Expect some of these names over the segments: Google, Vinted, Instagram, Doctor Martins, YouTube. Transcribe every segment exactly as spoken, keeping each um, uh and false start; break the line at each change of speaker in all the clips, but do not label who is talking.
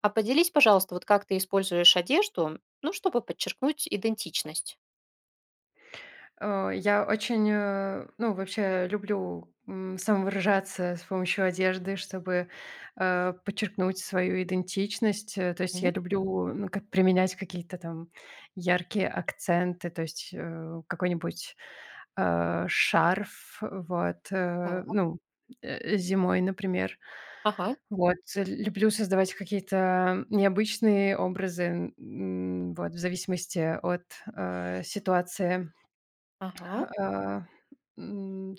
А поделись, пожалуйста, вот как ты используешь одежду, ну, чтобы подчеркнуть идентичность?
Э, я очень, э, ну, вообще люблю, м, самовыражаться с помощью одежды, чтобы, э, подчеркнуть свою идентичность. Э, то есть
Мгм.
я люблю, ну, как применять какие-то там яркие акценты, то есть, э, какой-нибудь, э, шарф, вот, э,
Так.
ну, э, зимой, например.
Ага,
Вот, э, люблю создавать какие-то необычные образы, м, вот, в зависимости от, э, ситуации.
ага.
А, м,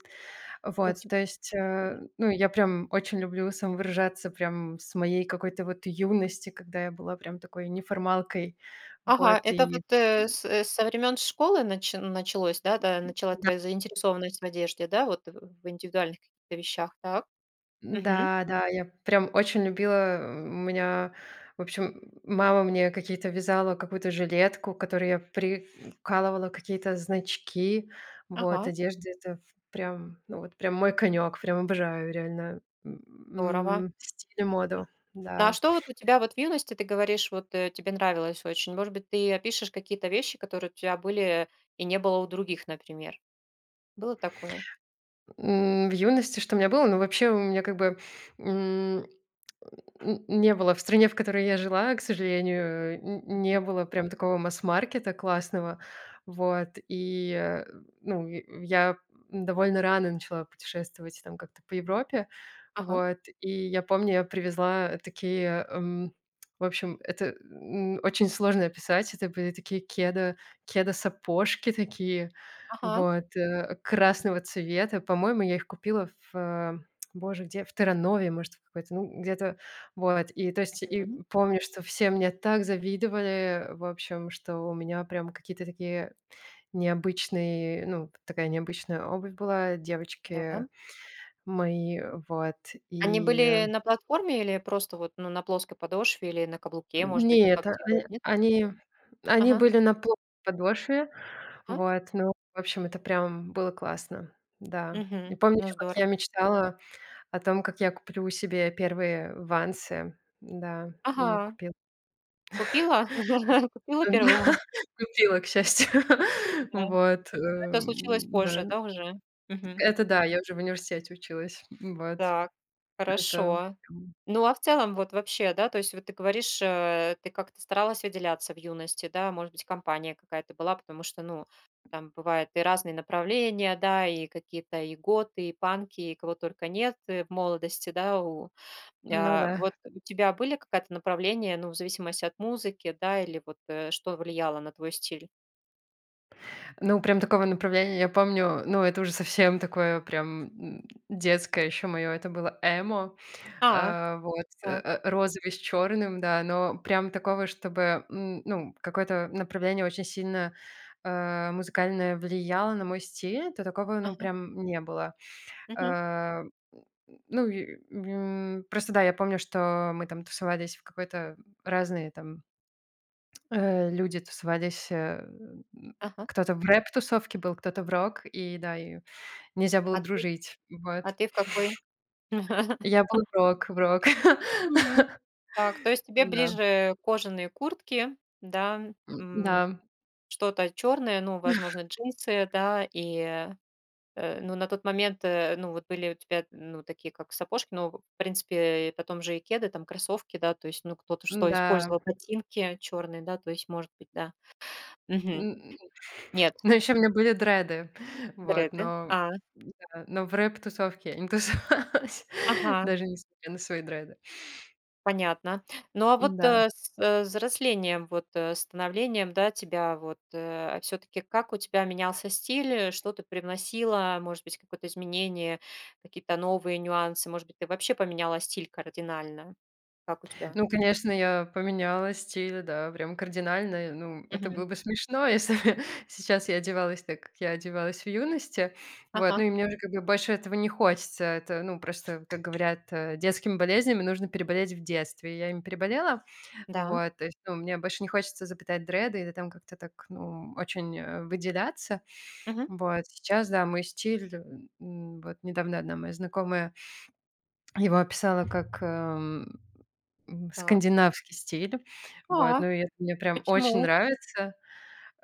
У
вот,
теб
то есть, э, ну, я прям очень люблю самовыражаться прям с моей какой-то вот юности, когда я была прям такой неформалкой.
Ага,
Вот,
это вот,
и
э, с э, со времен школы начи началось, да, да, началась твоя заинтересованность в одежде, да, вот в в индивидуальных каких-то вещах, так? Мгм.
да, да, я прям очень любила, э, у меня, в общем, мама мне какие-то вязала какую-то жилетку, к которой я прикалывала какие-то значки. Вот,
Ага,
одежды это прям, ну, вот прям мой конек, прям обожаю реально, м,
здорово.
м, стиль и моду,
Н а
да.
что вот у тебя вот в юности, ты говоришь, вот, э, тебе нравилось очень? Может быть, ты опишешь какие-то вещи, которые у тебя были и не было у других, например? Было такое?
М, в юности что у меня было? но вообще, у меня как бы, м Н не было. В стране, в которой я жила, к сожалению, н
М.
не было прям такого масс-маркета классного. Вот, и, э, ну, и я довольно рано начала путешествовать там как-то по Европе.
Ага,
Вот, и я помню, я привезла такие, эм, в общем, это, м, очень сложно описать. Это были такие кеда кеда-сапожки такие,
ага.
вот, э, красного цвета. По-моему, я их купила в, э, боже, где? В Терранове, может, в какой-то, ну, где-то, вот, и то есть, и
Мгм.
помню, что все мне так завидовали, в общем, что у меня прям какие-то такие необычные, ну, такая необычная обувь была, девочки
Да.
мои, вот.
Они
И
были на платформе или просто вот, ну, на плоской подошве или на каблуке, может быть, вот как
нет, а
делают, нет?
они они
Ага,
были на плоской подошве,
ага,
вот, ну, в общем, это прям было классно, да. И
мгм.
помню
Ну,
еще, как
здорово.
я мечтала о том, как я куплю себе первые «Вансы», да, и
Ага,
купила.
купила? Купила одну манку,
Да, купила, к счастью.
да.
Вот,
Это случилось
эм, да.
позже, да, уже? Мгм.
Это да, я уже в университете училась. Вот,
Так,
это
хорошо.
прям.
Ну, а в целом, вот вообще, да, то есть вот ты говоришь, э, ты как-то старалась выделяться в юности, да, может быть, компания какая-то была, потому что, ну, там бывают и разные направления, да, и какие-то и готы, и панки, и кого только нет э, в молодости, да, у,
Ну
а,
да.
вот у тебя были какое-то направление, ну, в зависимости от музыки, да, или вот э, что влияло на твой стиль?
Ну, прям такого направления я помню, ну, это уже совсем такое прям, м, детское еще мое. это было эмо.
А,
Э, вот, э,
так,
э, розовый с черным, да, но прям такого, чтобы, м, ну, какое-то направление очень сильно, э, музыкальное влияло на мой стиль, то такого, ну,
ага,
прям не было.
мгм,
Э, ну, и, м, просто да, я помню, что мы там тусовались в какой-то разные там, э, люди тусовались, э, м,
ага.
кто-то в рэп-тусовке был, кто-то в рок, и да, и нельзя
А
было
ты,
дружить, вот.
а ты в какой?
Я был в рок, в рок.
Мгм. Так, то есть тебе
Да,
ближе кожаные куртки, да,
м, да,
м, что-то черное, ну, возможно, джинсы, да, и, э, ну, на тот момент, э, ну, вот были у тебя, ну, такие как сапожки, ну, в принципе, потом же и кеды, там, кроссовки, да, то есть, ну, кто-то что
да
использовал, ботинки черные, да, то есть, может быть, да. Мгм.
м,
Нет,
но еще у меня были дреды, вот,
дреды.
но
А,
да, но в рэп-тусовке я не тусовалась,
ага.
даже несмотря на свои дреды.
Понятно. Ну, а вот,
да
э, с, э, взрослением, вот, э, становлением, да, тебя вот, все таки как у тебя менялся стиль, э, что ты привносила, может быть, какое-то изменение, какие-то новые нюансы, может быть, ты вообще поменяла стиль кардинально? Как у тебя?
Ну, конечно, я поменяла стиль, да, прям кардинально. Ну, это
Мгм.
было бы смешно, если бы сейчас я одевалась так, как я одевалась в юности. Вот,
Ага.
ну и мне уже как бы больше этого не хочется. Это, ну, просто, как говорят, э, детскими болезнями нужно переболеть в детстве. Я им переболела,
Да.
вот, то есть, ну, мне больше не хочется заплетать дреды или там как-то так, ну, очень э, выделяться.
Мгм.
Вот, сейчас, да, мой стиль, э, м, вот недавно одна моя знакомая его описала как, эм, м,
Так.
скандинавский стиль. Вот,
А,
ну и это мне прям очень
почему?
нравится.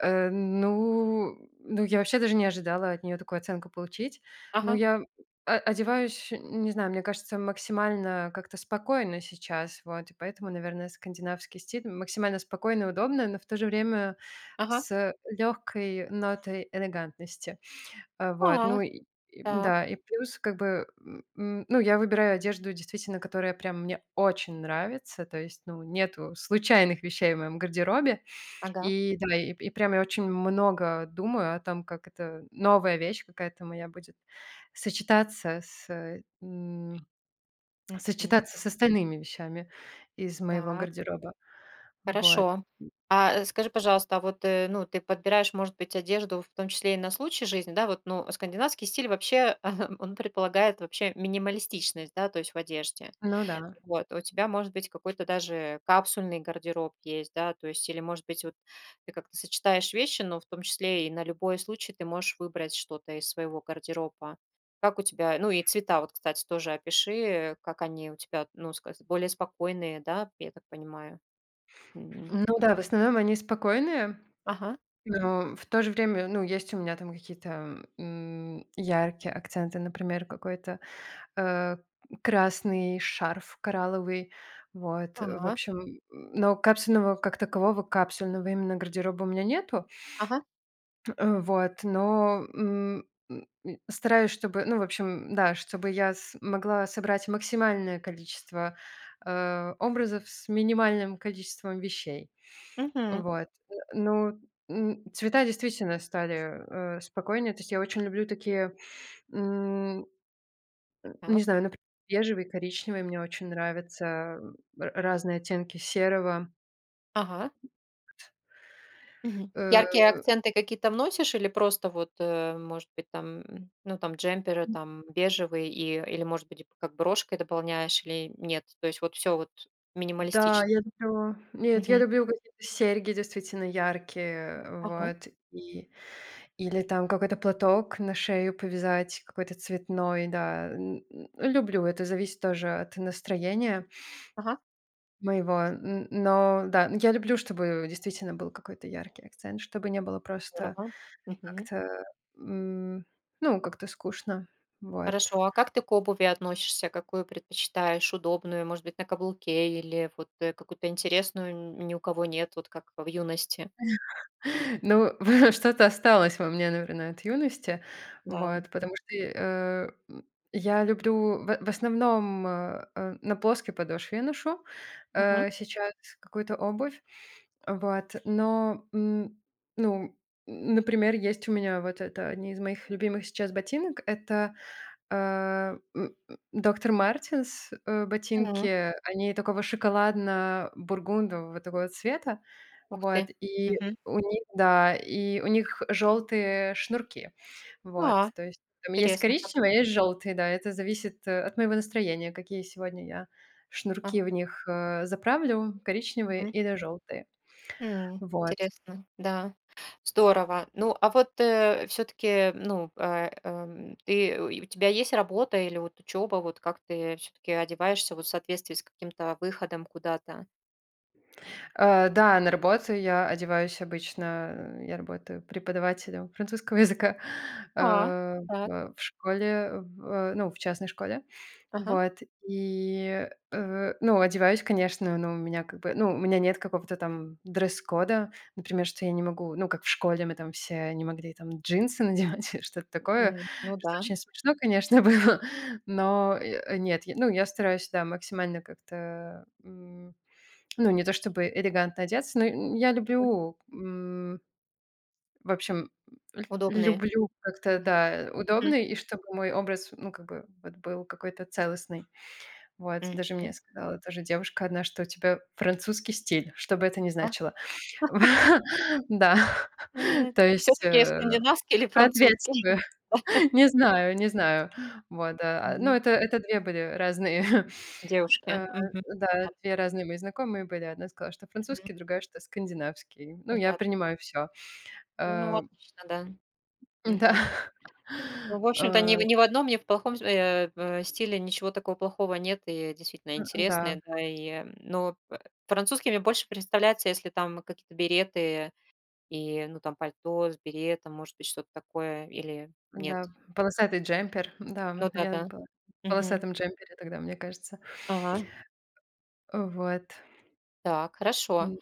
Э, ну ну, я вообще даже не ожидала от нее такую оценку получить. Ну,
Ага.
я о одеваюсь, не знаю, мне кажется, максимально как-то спокойно сейчас, вот, и поэтому, наверное, скандинавский стиль максимально спокойно и удобно, но в то же время
Ага.
с легкой нотой элегантности. Э, вот,
А,
ну и и
так.
да, и плюс как бы, м, м, ну, я выбираю одежду, действительно, которая прям мне очень нравится. То есть, ну, нету случайных вещей в моем гардеробе.
Ага.
И да, и и прям я очень много думаю о том, как эта новая вещь какая-то моя будет сочетаться с, э, м,
Мгм.
сочетаться с остальными вещами из моего
Так.
гардероба. Вот.
Хорошо. А, э, скажи, пожалуйста, а вот, э, ну, ты подбираешь, может быть, одежду в том числе и на случай жизни, да, вот, ну, скандинавский стиль вообще, он предполагает вообще минималистичность, да, то есть в одежде.
Ну да.
Вот, у тебя, может быть, какой-то даже капсульный гардероб есть, да, то есть, или, может быть, вот ты как-то сочетаешь вещи, но в том числе и на любой случай ты можешь выбрать что-то из своего гардероба. Как у тебя, ну и цвета, вот, кстати, тоже опиши, э, как они у тебя, ну, сказ- более спокойные, да, я так понимаю. М.
Ну да, в основном они спокойные,
Ага,
Но в то же время, ну, есть у меня там какие-то, м, яркие акценты, например, какой-то, э, красный шарф коралловый. Вот, э, в
ага,
общем, но капсульного как такового, капсульного именно гардероба у меня нету.
ага,
Э, вот, но, м, м, м, стараюсь, чтобы, ну, в общем, да, чтобы я могла собрать максимальное количество, э, образов с минимальным количеством вещей.
мгм.
Вот. Н ну, м, цвета действительно стали, э, спокойнее. То есть я очень люблю такие, м, не
Так,
знаю, например, бежевый, коричневый мне очень нравятся, м, р разные оттенки серого.
ага, мгм.
Э,
Яркие акценты какие-то вносишь или просто вот, э, может быть, там, м, ну, там джемперы, там бежевые и или, может быть, как брошкой дополняешь или нет? То есть вот все вот
да,
минималистично.
я люблю нет, я
Мгм.
люблю какие-то серьги действительно яркие,
Ага,
вот, и или там какой-то платок на шею повязать, какой-то цветной, да. Н н люблю, это зависит тоже от настроения.
ага,
Моего, н но да, я люблю, чтобы действительно был какой-то яркий акцент, чтобы не было просто
здорово. Мгм.
как-то, м, ну, как-то скучно. Вот.
Хорошо, а как ты к обуви относишься? Какую предпочитаешь? Удобную, может быть, на каблуке или вот, э, какую-то интересную, н ни у кого нет, вот как в юности?
Ну, что-то осталось во мне, наверное, от юности.
Да.
Вот, потому что, э, м, я люблю в в основном, э, э, на плоской подошве я ношу,
Мгм.
э, сейчас какую-то обувь. Вот, но, м, ну, например, есть у меня вот это одни из моих любимых сейчас ботинок. Это Э, м, «Доктор Мартинс», э, ботинки, они такого шоколадно-бургундового такого цвета.
Ух
Вот,
ты.
и
Мгм.
у них да, и у них желтые шнурки. Вот,
А,
то есть там есть
интересно как.
коричневые, а есть желтые, да. Это зависит, э, от моего настроения, какие сегодня я
А,
шнурки в них, э, заправлю: коричневые
мгм.
или желтые.
М,
Вот.
интересно, да. Здорово. Ну, а вот, все таки ну, э, эм, ты, э, у тебя есть работа или вот учеба? Вот как ты все таки одеваешься вот в соответствии с каким-то выходом куда-то?
Э, да, на работу я одеваюсь обычно, э, я работаю преподавателем французского языка,
А,
э,
так.
в в школе, в, э, ну, в частной школе.
Ага.
Вот, и, э, ну, одеваюсь, конечно, но у меня как бы, ну, у меня нет какого-то там дресс-кода, например, что я не могу, ну, как в школе мы там все не могли там джинсы надевать или что-то такое,
М, ну да.
что очень смешно, конечно, было, но, э, нет, я- ну, я стараюсь, да, максимально как-то, ну, не то чтобы элегантно одеться, но, я
Мгм.
люблю, м, в общем, ль
Удобные.
люблю как-то, да,
Все
удобно, и чтобы мой образ, ну, как бы вот был какой-то целостный. Вот, даже мне сказала тоже девушка одна, что у тебя французский стиль, что бы это ни значило. Да, то есть,
таки
э,
скандинавские или французские?
соответствую. Не знаю, не знаю.
М,
Вот, да. А,
да.
ну, это это две были разные.
Девушки.
Э,
Мгм.
да,
Понятно.
две разные мои знакомые были. Одна сказала, что
Мгм.
французский, другая, что скандинавский. Ну, я
Понятно.
принимаю все.
Ну, отлично, да.
да.
Мгм. Ну, в общем-то, ни в
Э,
ни в одном, ни в плохом, э, э, стиле ничего такого плохого нет, и действительно
да,
интересные, да, и, м, но п мне больше представляется, если там какие-то береты и, ну, там пальто с беретом, может быть, что-то такое или нет?
да, полосатый джемпер. Да,
Ну
я
да-да.
была в
Мгм.
полосатом джемпере тогда, мне кажется.
Ага.
Вот.
Так, хорошо.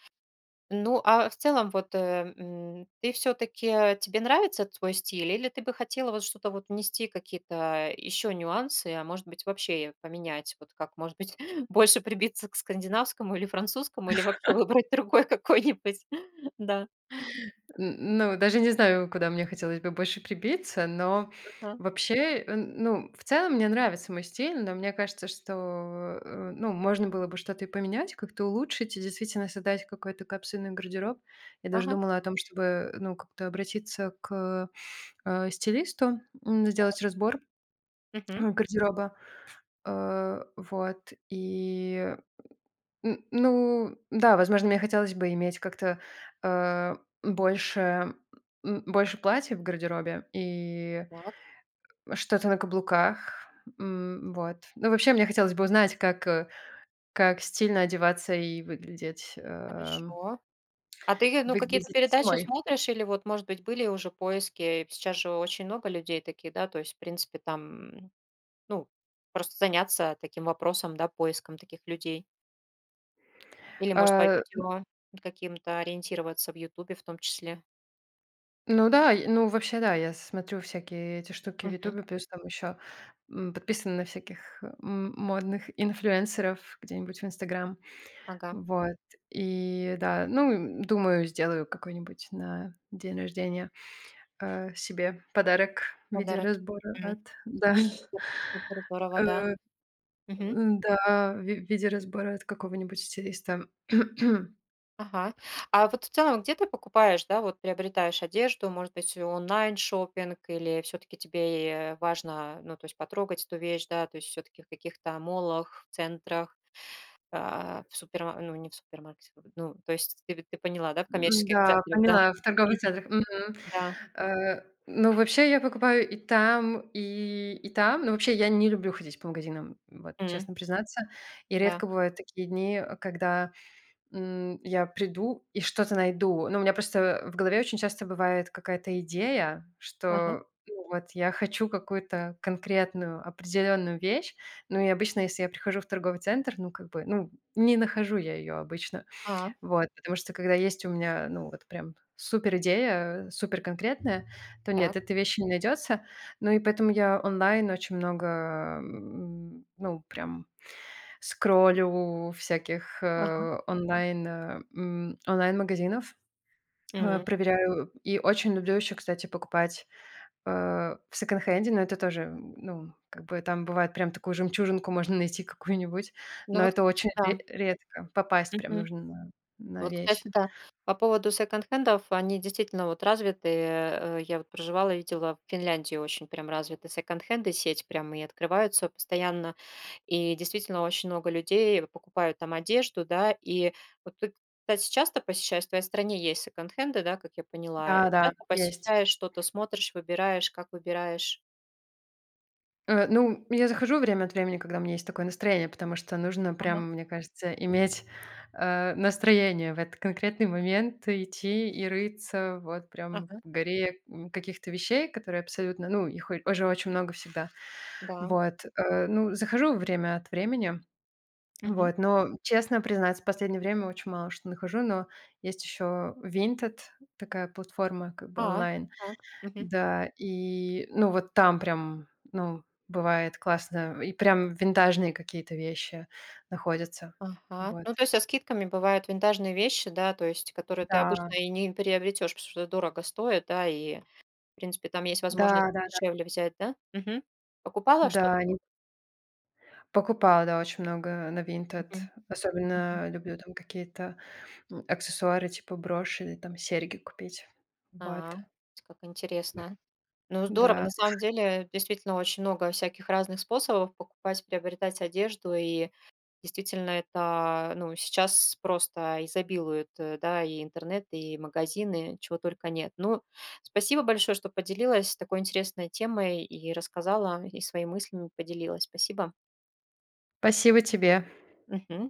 Ну, а в целом, вот, э, м, ты все таки тебе нравится твой стиль, или ты бы хотела вот что-то вот внести, какие-то еще нюансы, а может быть, вообще поменять? Вот как, может быть, больше прибиться к скандинавскому или французскому, или вообще выбрать другой какой-нибудь? Да,
Н ну, даже не знаю, куда мне хотелось бы больше прибиться, но
ага,
вообще, э, ну, в целом мне нравится мой стиль, но мне кажется, что, э, ну, можно было бы что-то и поменять, как-то улучшить и действительно создать какой-то капсульный гардероб. Я даже
ага,
думала о том, чтобы, ну, как-то обратиться к, э, стилисту, м, сделать разбор
мгм.
э, гардероба. Э, вот и М, ну да, возможно, мне хотелось бы иметь как-то, э, больше, м, больше платьев в гардеробе и
Так,
что-то на каблуках. М, вот. Ну, вообще, мне хотелось бы узнать, как, э, как стильно одеваться и выглядеть, эм,
хорошо. А ты, ну, какие-то
выглядеть
передачи
зимой.
смотришь или вот, может быть, были уже поиски? Сейчас же очень много людей таких, да, то есть, в принципе, там Ну, просто заняться таким вопросом, да, поиском таких людей. Или, может, по
Э,
видео каким-то ориентироваться в "Ютубе" в том числе.
ну да, и ну вообще да, я смотрю всякие эти штуки в
Мгм.
«Ютубе», плюс там еще, м, подписана на всяких, э, м, модных инфлюенсеров где-нибудь в «Инстаграм».
Ага.
Вот, и да, ну, м, думаю, сделаю какой-нибудь на день рождения, э, себе подарок в виде
Подарок.
разбора
М.
от, да,
Супер здорово,
э,
да. Мгм.
да, в ви- в виде разбора от какого-нибудь стилиста.
Ага. А вот в целом, где ты покупаешь, да, вот приобретаешь одежду? Может быть, онлайн-шоппинг или все таки тебе, э, важно, ну, то есть потрогать эту вещь, да, то есть все таки в каких-то молах, в центрах, а, в суперма ну, не в супермаркете, ну, то есть ты ты поняла, да, в коммерческих
Да,
центрах, да?
поняла, в торговых центрах. Мгм.
Да,
Э, ну, вообще я покупаю и там, и и там. Но вообще я не люблю ходить по магазинам, вот,
м,
честно признаться. И
да,
редко бывают такие дни, когда М, я приду и что-то найду. Ну, у меня просто в голове очень часто бывает какая-то идея,
ага,
что, ну, вот я хочу какую-то конкретную, определенную вещь. Ну, и обычно, если я прихожу в торговый центр, ну, как бы, ну, не нахожу я ее обычно.
а,
Вот, потому что когда есть у меня, ну, вот прям супер идея, э, супер конкретная, то нет,
так,
этой вещи не найдется. Ну и поэтому я онлайн очень много, м, ну, прям скроллю всяких,
ага,
э, онлайн, э, м, онлайн-магазинов, э,
м.
проверяю. И очень люблю еще, кстати, покупать, э, в секонд-хенде, но это тоже, м, ну, как бы там бывает прям такую жемчужинку можно найти какую-нибудь,
Ну
но
вот,
это
кстати,
очень
да,
ре редко. Попасть прям
мгм.
нужно на на
Вот, кстати,
вещь.
да, по поводу секонд-хендов, они действительно вот развиты. Э, я вот проживала, видела, в Финляндии очень прям развиты секонд-хенды, сеть прям и открываются постоянно. И действительно очень много людей покупают там одежду, да. И вот ты, кстати, часто посещаешь, в твоей стране есть секонд-хенды, да, как я поняла?
Да-да,
Часто
есть.
посещаешь, что-то смотришь, выбираешь, как выбираешь?
Э, ну, я захожу время от времени, когда у меня есть такое настроение, потому что нужно
Ага,
прям, мне кажется, иметь, э, настроение в этот конкретный момент идти и рыться вот прям
ага,
в горе, м, каких-то вещей, которые абсолютно, ну, их о же очень много всегда.
да,
Вот, э, ну, захожу время от времени,
мгм.
вот. Но, честно признаться, в последнее время очень мало что нахожу, но есть еще Vinted, такая платформа как бы
А,
онлайн.
так. Мгм.
Да, и, ну, вот там прям, ну, бывает классно, и прям винтажные какие-то вещи находятся.
Ага.
Вот.
Ну, то есть со скидками бывают винтажные вещи, да, то есть которые ты
Да,
обычно и не приобретешь, потому что дорого стоит, да, и, в принципе, там есть возможность
да-да-да. Да, да.
дешевле взять, да? Мгм. Покупала
Да,
что-то?
не покупала, да, очень много на винтед.
Мгм. Мгм.
Особенно люблю там какие-то, м, аксессуары типа брошь или там серьги купить. Вот,
А, как интересно. Ну, здорово.
да.
На самом деле, действительно, очень много всяких разных способов покупать, приобретать одежду и Действительно, это, ну, сейчас просто изобилуют, э, да, и интернет, и магазины, чего только нет. Ну, спасибо большое, что поделилась такой интересной темой и рассказала, и своими мыслями поделилась. Спасибо.
Спасибо тебе.
Мгм.